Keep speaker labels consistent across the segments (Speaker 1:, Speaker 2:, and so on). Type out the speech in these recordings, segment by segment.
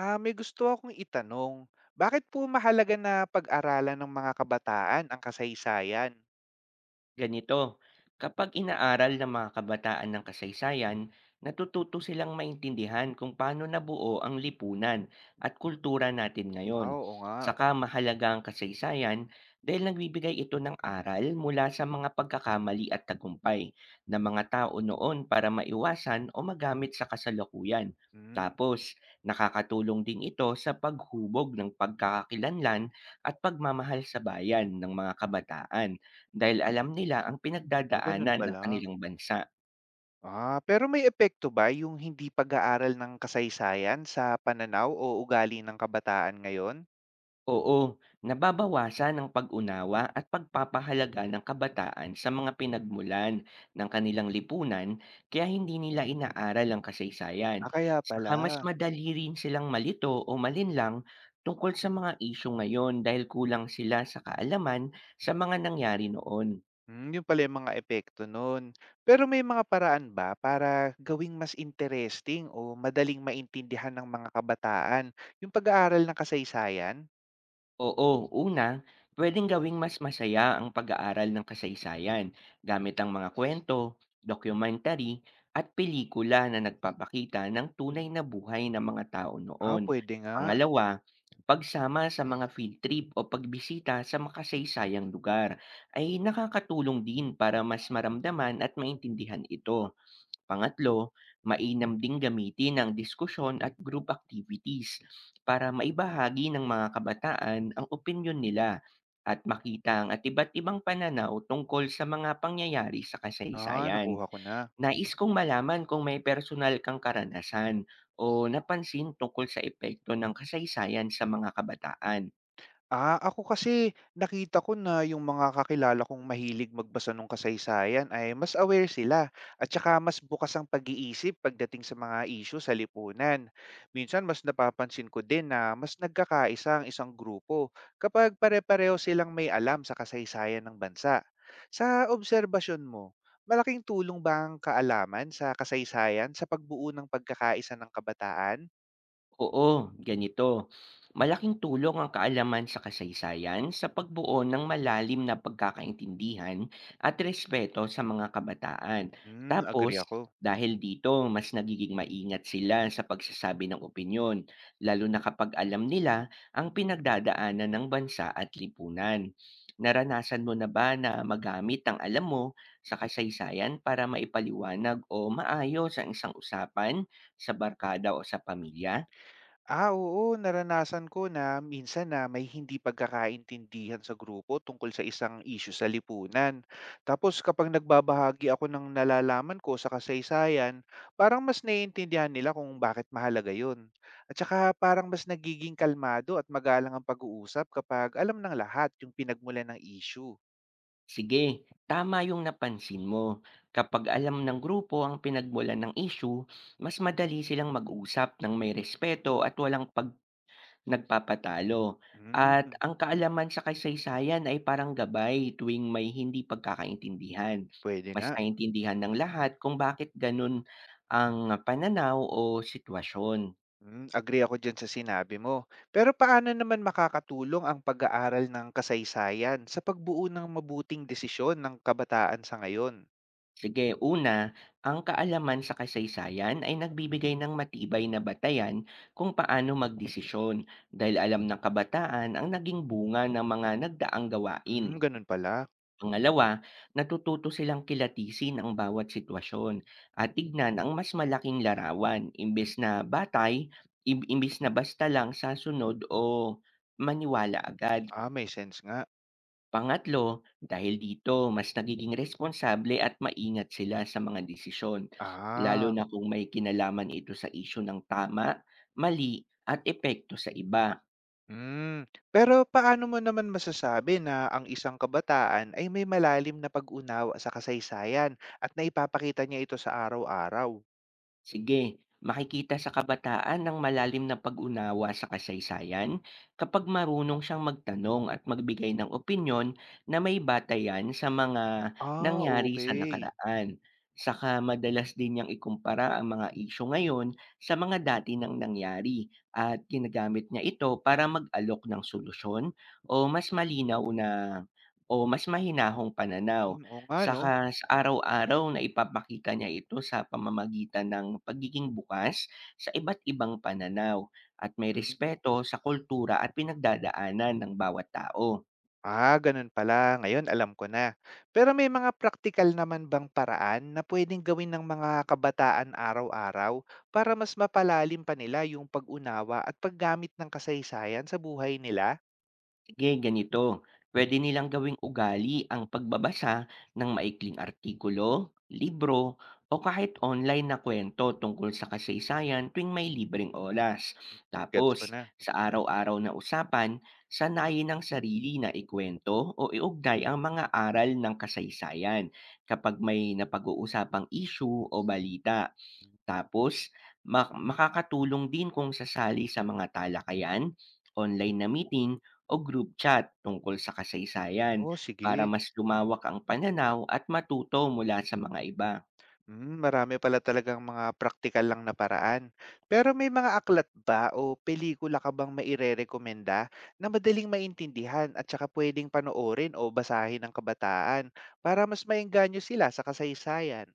Speaker 1: Ah, may gusto akong itanong. Bakit po mahalaga na pag-aralan ng mga kabataan ang kasaysayan?
Speaker 2: Ganito, kapag inaaral ng mga kabataan ng kasaysayan, natututo silang maintindihan kung paano nabuo ang lipunan at kultura natin
Speaker 1: Ah,
Speaker 2: ngayon.
Speaker 1: oo nga.
Speaker 2: Saka mahalaga ang kasaysayan dahil nagbibigay ito ng aral mula sa mga pagkakamali at tagumpay ng mga tao noon para maiwasan o magamit sa kasalukuyan.
Speaker 1: Hmm,
Speaker 2: Tapos, nakakatulong din ito sa paghubog ng pagkakakilanlan at pagmamahal sa bayan ng mga kabataan. Dahil alam nila ang
Speaker 1: Ganun
Speaker 2: pinagdadaanan ng
Speaker 1: pala.
Speaker 2: kanilang bansa.
Speaker 1: Ah, pero may epekto ba yung hindi pag-aaral ng kasaysayan sa pananaw o ugali ng kabataan ngayon?
Speaker 2: Oo, nababawasan ang pag-unawa at pagpapahalaga ng kabataan sa mga pinagmulan ng kanilang lipunan kaya hindi nila inaaral ang
Speaker 1: Ah,
Speaker 2: kasaysayan.
Speaker 1: kaya pala.
Speaker 2: Saka mas madali rin silang malito o malinlang tungkol sa mga isyu ngayon dahil kulang sila sa kaalaman sa mga nangyari noon.
Speaker 1: Hmm, yun pala yung mga epekto nun. Pero may mga paraan ba para gawing mas interesting o madaling maintindihan ng mga kabataan yung pag-aaral ng kasaysayan?
Speaker 2: Oo, una, pwedeng gawing mas masaya ang pag-aaral ng kasaysayan gamit ang mga kwento, documentary, at pelikula na nagpapakita ng tunay na buhay ng mga tao
Speaker 1: Ah,
Speaker 2: noon.
Speaker 1: pwede nga.
Speaker 2: Pangalawa, pagsama sa mga field trip o pagbisita sa makasaysayang lugar ay nakakatulong din para mas maramdaman at maintindihan ito. Pangatlo, mainam ding gamitin ang diskusyon at group activities para maibahagi ng mga kabataan ang opinyon nila at makita ang at iba't ibang pananaw tungkol sa mga pangyayari sa
Speaker 1: Ah,
Speaker 2: kasaysayan.
Speaker 1: nakuha ko na.
Speaker 2: Nais kong malaman kung may personal kang karanasan o napansin tungkol sa epekto ng kasaysayan sa mga kabataan.
Speaker 1: Ah, ako kasi nakita ko na yung mga kakilala kong mahilig magbasa ng kasaysayan ay mas aware sila at saka mas bukas ang pag-iisip pagdating sa mga issue sa lipunan. Minsan mas napapansin ko din na mas nagkakaisa ang isang grupo kapag pare-pareho silang may alam sa kasaysayan ng bansa. Sa obserbasyon mo, malaking tulong ba ang kaalaman sa kasaysayan sa pagbuo ng pagkakaisa ng kabataan?
Speaker 2: Oo, ganito. Malaking tulong ang kaalaman sa kasaysayan sa pagbuo ng malalim na pagkakaintindihan at respeto sa mga kabataan.
Speaker 1: Hmm,
Speaker 2: Tapos,
Speaker 1: agree ako.
Speaker 2: dahil dito, mas nagiging maingat sila sa pagsasabi ng opinyon, lalo na kapag alam nila ang pinagdadaanan ng bansa at lipunan. Naranasan mo na ba na magamit ang alam mo sa kasaysayan para maipaliwanag o maayos ang isang usapan sa barkada o sa pamilya?
Speaker 1: Ah, oo, naranasan ko na minsan na may hindi pagkakaintindihan sa grupo tungkol sa isang issue sa lipunan. Tapos kapag nagbabahagi ako ng nalalaman ko sa kasaysayan, parang mas naiintindihan nila kung bakit mahalaga yun. At saka parang mas nagiging kalmado at magalang ang pag-uusap kapag alam ng lahat yung pinagmulan ng issue.
Speaker 2: Sige, tama yung napansin mo. Kapag alam ng grupo ang pinagmulan ng issue, mas madali silang mag-usap ng may respeto at walang pag nagpapatalo.
Speaker 1: Hmm,
Speaker 2: At ang kaalaman sa kasaysayan ay parang gabay tuwing may hindi pagkakaintindihan.
Speaker 1: pwede
Speaker 2: Mas
Speaker 1: nga.
Speaker 2: naiintindihan ng lahat kung bakit ganun ang pananaw o sitwasyon.
Speaker 1: Hmm, agree ako dyan sa sinabi mo. Pero paano naman makakatulong ang pag-aaral ng kasaysayan sa pagbuo ng mabuting desisyon ng kabataan sa ngayon?
Speaker 2: Sige, una, ang kaalaman sa kasaysayan ay nagbibigay ng matibay na batayan kung paano magdesisyon dahil alam ng kabataan ang naging bunga ng mga nagdaang
Speaker 1: Hmm,
Speaker 2: gawain.
Speaker 1: ganun pala.
Speaker 2: Pangalawa, natututo silang kilatisin ang bawat sitwasyon at tignan ang mas malaking larawan imbes na batay, imbes na basta lang sa sunod o maniwala agad.
Speaker 1: Ah, may sense nga.
Speaker 2: Pangatlo, dahil dito mas nagiging responsable at maingat sila sa mga desisyon, lalo
Speaker 1: Ah,
Speaker 2: na kung may kinalaman ito sa isyu ng tama, mali at epekto sa iba.
Speaker 1: hmm. Pero paano mo naman masasabi na ang isang kabataan ay may malalim na pag-unawa sa kasaysayan at naipapakita niya ito sa araw-araw?
Speaker 2: Sige, makikita sa kabataan ng malalim na pag-unawa sa kasaysayan kapag marunong siyang magtanong at magbigay ng opinyon na may batayan sa mga
Speaker 1: Ah,
Speaker 2: nangyari sa
Speaker 1: okay.
Speaker 2: nakaraan. Saka madalas din niyang ikumpara ang mga isyu ngayon sa mga dati nang nangyari at ginagamit niya ito para mag-alok ng solusyon o mas malinaw na o mas mahinahong pananaw.
Speaker 1: Hmm, oo nga 'no.
Speaker 2: Saka sa araw-araw na ipapakita niya ito sa pamamagitan ng pagiging bukas sa iba't ibang pananaw at may
Speaker 1: Hmm.
Speaker 2: respeto sa kultura at pinagdadaanan ng bawat tao.
Speaker 1: Ah, ganun pala. Ngayon alam ko na. Pero may mga praktikal naman bang paraan na pwedeng gawin ng mga kabataan araw-araw para mas mapalalim pa nila yung pag-unawa at paggamit ng kasaysayan sa buhay nila?
Speaker 2: Sige, ganito. Pwede nilang gawing ugali ang pagbabasa ng maikling artikulo, libro, o kahit online na kwento tungkol sa kasaysayan tuwing may libreng oras.
Speaker 1: Gets ko
Speaker 2: Tapos,
Speaker 1: na.
Speaker 2: sa araw-araw na usapan, sanayin ang sarili na ikwento o iugnay ang mga aral ng kasaysayan kapag may napag-uusapang issue o balita. Tapos makakatulong din kung sasali sa mga talakayan, online na meeting o group chat tungkol sa kasaysayan
Speaker 1: Oh,
Speaker 2: para
Speaker 1: sige.
Speaker 2: mas lumawak ang pananaw at matuto mula sa mga iba.
Speaker 1: Mm, marami pala talagang mga praktikal lang na paraan. Pero may mga aklat ba o pelikula ka bang maire-rekomenda na madaling maintindihan at saka pwedeng panoorin o basahin ng kabataan para mas maengganyo sila sa kasaysayan?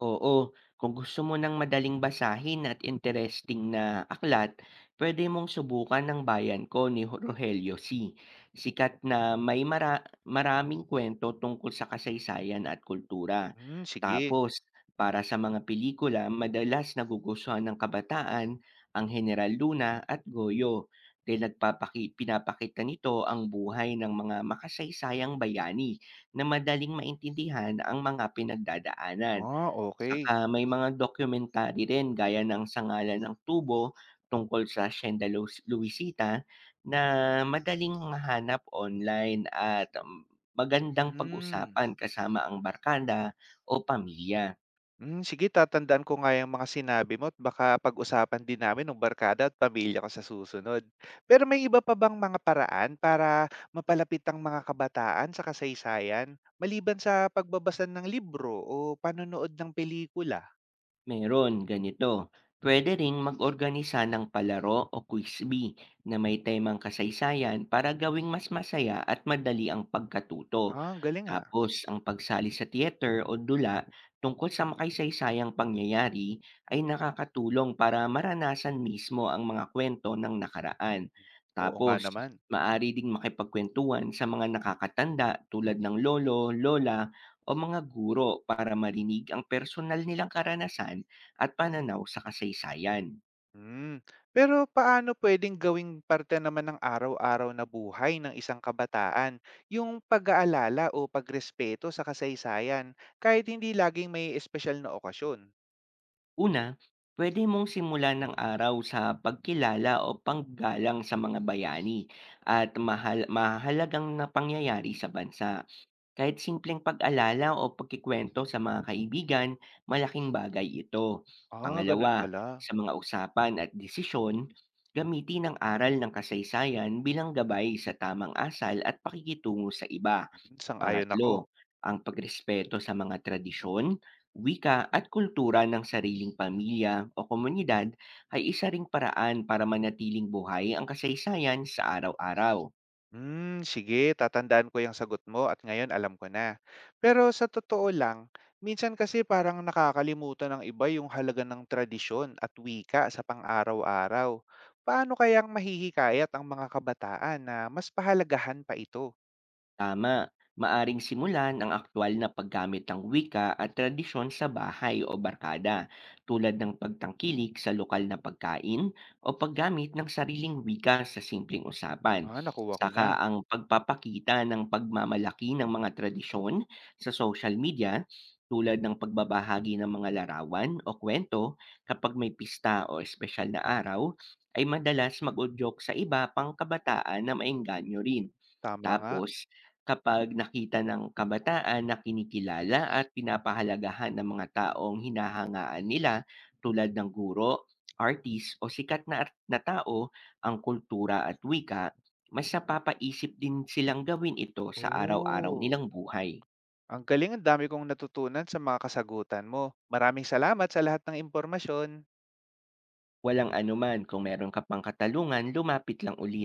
Speaker 2: Oo, kung gusto mo ng madaling basahin at interesting na aklat, pwede mong subukan ng Bayan Ko ni Rogelio C. Sikat na may maraming kwento tungkol sa kasaysayan at kultura.
Speaker 1: Hmm, sige.
Speaker 2: Tapos, para sa mga pelikula, madalas nagugustuhan ng kabataan ang General Luna at Goyo dahil pinapakita nito ang buhay ng mga makasaysayang bayani na madaling maintindihan ang mga pinagdadaanan.
Speaker 1: Ah, okay.
Speaker 2: Saka may mga documentary rin gaya ng Sa ng Tubo tungkol sa Sienda Luisita na madaling mahanap online at magandang
Speaker 1: Hmm.
Speaker 2: pag-usapan kasama ang barkada o pamilya.
Speaker 1: Hmm, sige, tatandaan ko nga yung mga sinabi mo at baka pag-usapan din namin ng barkada at pamilya ko sa susunod. Pero may iba pa bang mga paraan para mapalapit ang mga kabataan sa kasaysayan, maliban sa pagbabasa ng libro o panonood ng pelikula?
Speaker 2: Meron, ganito. Pwede ring mag-organisa ng palaro o quiz bee na may temang kasaysayan para gawing mas masaya at madali ang pagkatuto.
Speaker 1: Ah, ang galing, ah.
Speaker 2: Tapos, ang pagsali sa theater o dula tungkol sa makasaysayang pangyayari ay nakakatulong para maranasan mismo ang mga kwento ng nakaraan.
Speaker 1: Oo nga
Speaker 2: Tapos,
Speaker 1: naman.
Speaker 2: maari ding makipagkwentuhan sa mga nakakatanda tulad ng lolo, lola o mga guro para marinig ang personal nilang karanasan at pananaw sa kasaysayan.
Speaker 1: Hmm, pero paano puwedeng gawing parte naman ng araw-araw na buhay ng isang kabataan yung pag-aalala o pagrespeto sa kasaysayan kahit hindi laging may espesyal na okasyon?
Speaker 2: Una, pwede mong simulan ng araw sa pagkilala o panggalang sa mga bayani at mahalagang na pangyayari sa bansa. Kahit simpleng pag-alala o pagkikwento sa mga kaibigan, malaking bagay ito.
Speaker 1: Ah, gano'n
Speaker 2: Pangalawa,
Speaker 1: pala.
Speaker 2: sa mga usapan at desisyon, gamitin ang aral ng kasaysayan bilang gabay sa tamang asal at pakikitungo sa iba.
Speaker 1: Hmm, sang-ayon
Speaker 2: Pangatlo,
Speaker 1: ako.
Speaker 2: ang pagrespeto sa mga tradisyon, wika at kultura ng sariling pamilya o komunidad ay isa ring paraan para manatiling buhay ang kasaysayan sa araw-araw.
Speaker 1: Hmm, sige, tatandaan ko yung sagot mo at ngayon alam ko na. Pero sa totoo lang, minsan kasi parang nakakalimutan ng iba yung halaga ng tradisyon at wika sa pang-araw-araw. Paano kayang mahihikayat ang mga kabataan na mas pahalagahan pa ito?
Speaker 2: Tama, maaring simulan ang aktwal na paggamit ng wika at tradisyon sa bahay o barkada, tulad ng pagtangkilik sa lokal na pagkain o paggamit ng sariling wika sa simpleng usapan.
Speaker 1: Ah, nakuha ko na.
Speaker 2: Saka ang pagpapakita ng pagmamalaki ng mga tradisyon sa social media tulad ng pagbabahagi ng mga larawan o kwento kapag may pista o espesyal na araw ay madalas mag-udyok sa iba pang kabataan na maengganyo rin.
Speaker 1: Tama nga.
Speaker 2: Tapos, kapag nakita ng kabataan na kinikilala at pinapahalagahan ng mga taong hinahangaan nila tulad ng guro, artist o sikat na, na tao ang kultura at wika, mas napapaisip din silang gawin ito sa araw-araw
Speaker 1: Oo.
Speaker 2: nilang buhay.
Speaker 1: Ang galing, ang dami kong natutunan sa mga kasagutan mo. Maraming salamat sa lahat ng impormasyon.
Speaker 2: Walang anuman kung meron ka pang katalungan, lumapit lang uli.